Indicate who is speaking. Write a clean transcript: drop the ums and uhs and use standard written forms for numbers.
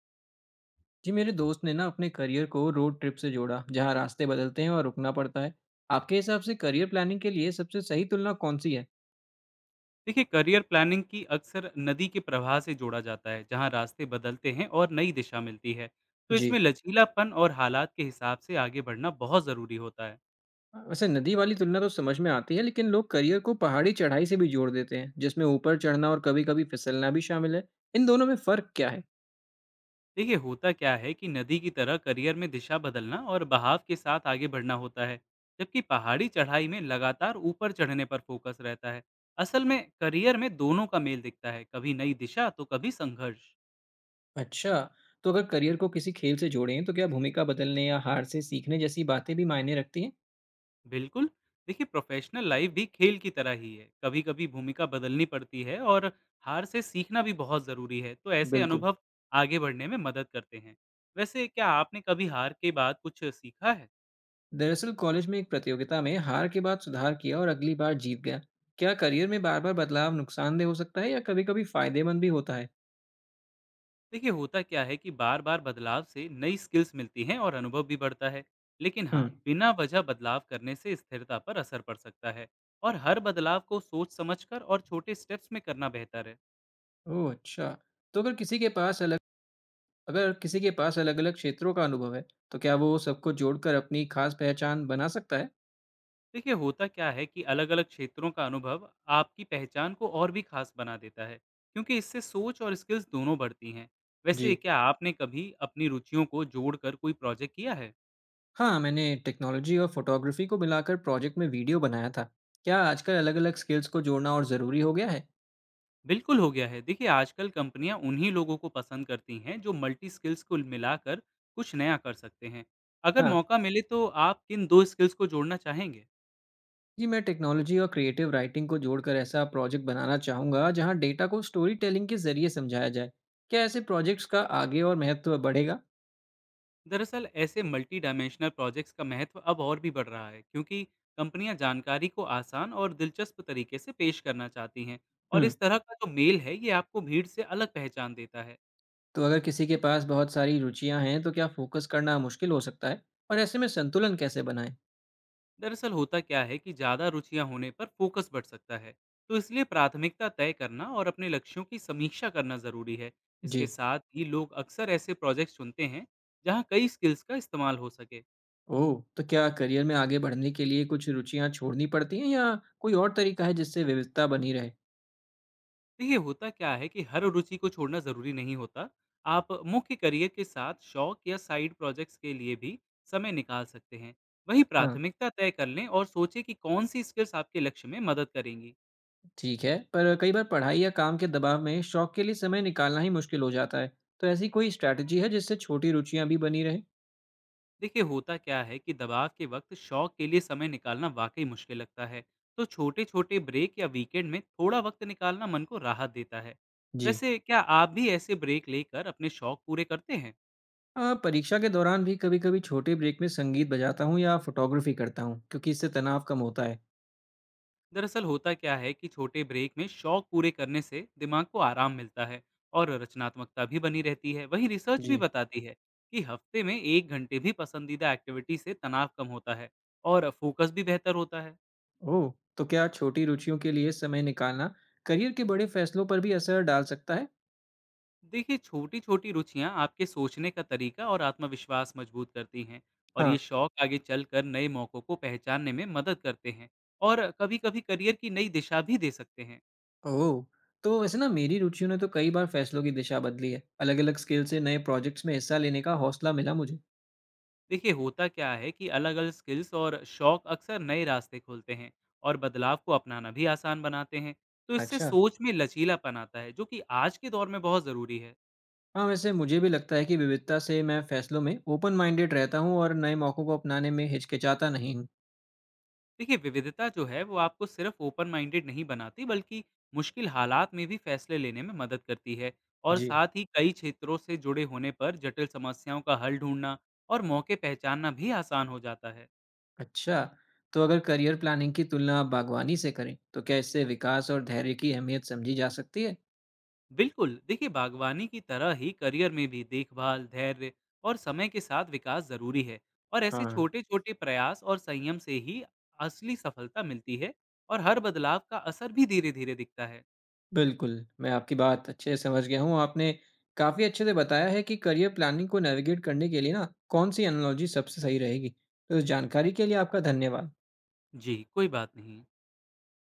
Speaker 1: जी, मेरे दोस्त ने ना अपने करियर को रोड ट्रिप से जोड़ा, जहाँ रास्ते बदलते हैं और रुकना पड़ता है। आपके हिसाब से करियर प्लानिंग के लिए सबसे सही तुलना कौन-सी है?
Speaker 2: देखिए करियर प्लानिंग की अक्सर नदी के प्रवाह से जोड़ा जाता है जहां रास्ते बदलते हैं और नई दिशा मिलती है। तो इसमें
Speaker 1: जी।
Speaker 2: लचीलापन और हालात के हिसाब से आगे बढ़ना बहुत ज़रूरी होता है।
Speaker 1: वैसे नदी वाली तुलना तो समझ में आती है, लेकिन लोग करियर को पहाड़ी चढ़ाई से भी जोड़ देते हैं, जिसमें ऊपर चढ़ना और कभी-कभी फिसलना भी शामिल है। इन दोनों में फ़र्क क्या है?
Speaker 2: देखिए होता क्या है कि नदी की तरह करियर में दिशा बदलना और बहाव के साथ आगे बढ़ना होता है। जबकि पहाड़ी चढ़ाई में लगातार ऊपर चढ़ने पर फोकस रहता है। असल में करियर में दोनों का मेल दिखता है, कभी नई दिशा तो कभी संघर्ष।
Speaker 1: अच्छा। तो अगर करियर को किसी खेल से जोड़ें, तो क्या भूमिका बदलने या हार से सीखने जैसी बातें भी मायने रखती हैं?
Speaker 2: बिल्कुल। देखिए प्रोफेशनल लाइफ भी खेल की तरह ही है, कभी कभी भूमिका बदलनी पड़ती है और हार से सीखना भी बहुत ज़रूरी है। तो ऐसे
Speaker 1: बिल्कुल।
Speaker 2: अनुभव आगे बढ़ने में मदद करते हैं। वैसे क्या आपने कभी हार के बाद कुछ सीखा है?
Speaker 1: दरअसल कॉलेज में एक प्रतियोगिता में हार के बाद सुधार किया और अगली बार जीत गया। क्या करियर में बार बार बदलाव नुकसानदेह हो सकता है या कभी कभी फायदेमंद भी होता है?
Speaker 2: देखिए होता क्या है कि बार बार बदलाव से नई स्किल्स मिलती हैं और अनुभव भी बढ़ता है। लेकिन हाँ,
Speaker 1: हम्म।
Speaker 2: बिना वजह बदलाव करने से स्थिरता पर असर पड़ सकता है। और हर बदलाव को सोच समझकर और छोटे स्टेप्स में करना बेहतर है।
Speaker 1: ओह, अच्छा। तो अगर किसी के पास अलग अगर किसी के पास अलग अलग क्षेत्रों का अनुभव है, तो क्या वो सबको जोड़कर अपनी खास पहचान बना सकता है?
Speaker 2: देखिए होता क्या है कि अलग अलग क्षेत्रों का अनुभव आपकी पहचान को और भी खास बना देता है, क्योंकि इससे सोच और स्किल्स दोनों बढ़ती हैं।
Speaker 1: जी।
Speaker 2: वैसे क्या आपने कभी अपनी रुचियों को जोड़कर कोई प्रोजेक्ट किया है?
Speaker 1: हाँ, मैंने टेक्नोलॉजी और फोटोग्राफी को मिलाकर प्रोजेक्ट में वीडियो बनाया था। क्या आजकल अलग अलग स्किल्स को जोड़ना और ज़रूरी हो गया है?
Speaker 2: बिल्कुल हो गया है। देखिए आजकल कंपनियां उन्हीं लोगों को पसंद करती हैं जो मल्टी स्किल्स को मिलाकर कुछ नया कर सकते हैं। अगर
Speaker 1: हाँ।
Speaker 2: मौका मिले तो आप किन दो स्किल्स को जोड़ना चाहेंगे?
Speaker 1: जी, मैं टेक्नोलॉजी और क्रिएटिव राइटिंग को जोड़कर ऐसा प्रोजेक्ट बनाना चाहूँगा, जहाँ डेटा को स्टोरी टेलिंग के ज़रिए समझाया जाए। क्या ऐसे प्रोजेक्ट्स का आगे और महत्व बढ़ेगा?
Speaker 2: दरअसल ऐसे मल्टी डायमेंशनल प्रोजेक्ट्स का महत्व अब और भी बढ़ रहा है, क्योंकि कंपनियां जानकारी को आसान और दिलचस्प तरीके से पेश करना चाहती हैं। और
Speaker 1: हुँ।
Speaker 2: इस तरह का जो मेल है ये आपको भीड़ से अलग पहचान देता है।
Speaker 1: तो अगर किसी के पास बहुत सारी रुचियाँ हैं, तो क्या फोकस करना मुश्किल हो सकता है? और ऐसे में संतुलन कैसे बनाएँ?
Speaker 2: दरअसल होता क्या है कि ज़्यादा रुचियां होने पर फोकस बढ़ सकता है। तो इसलिए प्राथमिकता तय करना और अपने लक्ष्यों की समीक्षा करना ज़रूरी है। इसके
Speaker 1: जी।
Speaker 2: साथ ही लोग अक्सर ऐसे प्रोजेक्ट चुनते हैं जहाँ कई स्किल्स का इस्तेमाल हो सके।
Speaker 1: ओह! तो क्या करियर में आगे बढ़ने के लिए कुछ रुचियाँ छोड़नी पड़ती हैं या कोई और तरीका है जिससे विविधता बनी रहे?
Speaker 2: देखिए होता क्या है कि हर रुचि को छोड़ना ज़रूरी नहीं होता। आप मुख्य करियर के साथ शौक या साइड प्रोजेक्ट्स के लिए भी समय निकाल सकते हैं। वहीं
Speaker 1: हाँ।
Speaker 2: प्राथमिकता तय कर लें और सोचें कि कौन-सी स्किल्स आपके लक्ष्य में मदद करेंगी।
Speaker 1: ठीक है, पर कई बार पढ़ाई या काम के दबाव में शौक के लिए समय निकालना ही मुश्किल हो जाता है। तो ऐसी कोई स्ट्रैटेजी है जिससे छोटी रुचियां भी बनी रहे
Speaker 2: देखिए होता क्या है कि दबाव के वक़्त शौक के लिए समय निकालना वाक़ई मुश्किल लगता है। तो छोटे-छोटे ब्रेक या वीकेंड में थोड़ा वक़्त निकालना मन को राहत देता है।
Speaker 1: जी।
Speaker 2: वैसे क्या आप भी ऐसे ब्रेक लेकर अपने शौक पूरे करते हैं?
Speaker 1: परीक्षा के दौरान भी कभी कभी छोटे ब्रेक में संगीत बजाता हूँ या फोटोग्राफी करता हूँ, क्योंकि इससे तनाव कम होता है।
Speaker 2: दरअसल होता क्या है कि छोटे ब्रेक में शौक पूरे करने से दिमाग को आराम मिलता है और रचनात्मकता भी बनी रहती है। वहीं रिसर्च भी
Speaker 1: जी।
Speaker 2: बताती है कि हफ्ते में एक घंटे भी पसंदीदा एक्टिविटी से तनाव कम होता है और फोकस भी बेहतर होता है।
Speaker 1: ओह। तो क्या छोटी रुचियों के लिए समय निकालना करियर के बड़े फैसलों पर भी असर डाल सकता है?
Speaker 2: देखिए छोटी छोटी रुचियां आपके सोचने का तरीका और आत्मविश्वास मजबूत करती हैं। और ये
Speaker 1: हाँ।
Speaker 2: शौक आगे चलकर नए मौक़ों को पहचानने में मदद करते हैं। और कभी कभी करियर की नई दिशा भी दे सकते हैं।
Speaker 1: ओह। तो वैसे ना मेरी रुचियों ने तो कई बार फैसलों की दिशा बदली है, अलग अलग स्किल से नए प्रोजेक्ट्स में हिस्सा लेने का हौसला मिला मुझे।
Speaker 2: देखिए होता क्या है कि अलग अलग स्किल्स और शौक अक्सर नए रास्ते खोलते हैं और बदलाव को अपनाना भी आसान बनाते हैं। तो इससे
Speaker 1: अच्छा।
Speaker 2: सोच में लचीलापन आता है जो कि आज के दौर में बहुत ज़रूरी है।
Speaker 1: हाँ, वैसे मुझे भी लगता है कि विविधता से मैं फैसलों में ओपन माइंडेड रहता हूँ और नए मौकों को अपनाने में हिचकिचाता नहीं हूँ।
Speaker 2: देखिए विविधता जो है वो आपको सिर्फ ओपन माइंडेड नहीं बनाती, बल्कि मुश्किल हालात में भी फैसले लेने में मदद करती है। और
Speaker 1: जी।
Speaker 2: साथ ही कई क्षेत्रों से जुड़े होने पर जटिल समस्याओं का हल ढूंढना और मौके पहचानना भी आसान हो जाता है।
Speaker 1: अच्छा, तो अगर करियर प्लानिंग की तुलना आप बागवानी से करें, तो क्या इससे विकास और धैर्य की अहमियत समझी जा सकती है?
Speaker 2: बिल्कुल। देखिए बागवानी की तरह ही करियर में भी देखभाल, धैर्य और समय के साथ विकास जरूरी है। और ऐसे
Speaker 1: हाँ।
Speaker 2: छोटे छोटे प्रयास और संयम से ही असली सफलता मिलती है। और हर बदलाव का असर भी धीरे धीरे दिखता है।
Speaker 1: बिल्कुल, मैं आपकी बात अच्छे से समझ गया हूँ। आपने काफ़ी अच्छे से बताया है कि करियर प्लानिंग को नेविगेट करने के लिए ना कौन सी एनालॉजी सबसे सही रहेगी। तो इस जानकारी के लिए आपका धन्यवाद।
Speaker 2: जी कोई बात नहीं।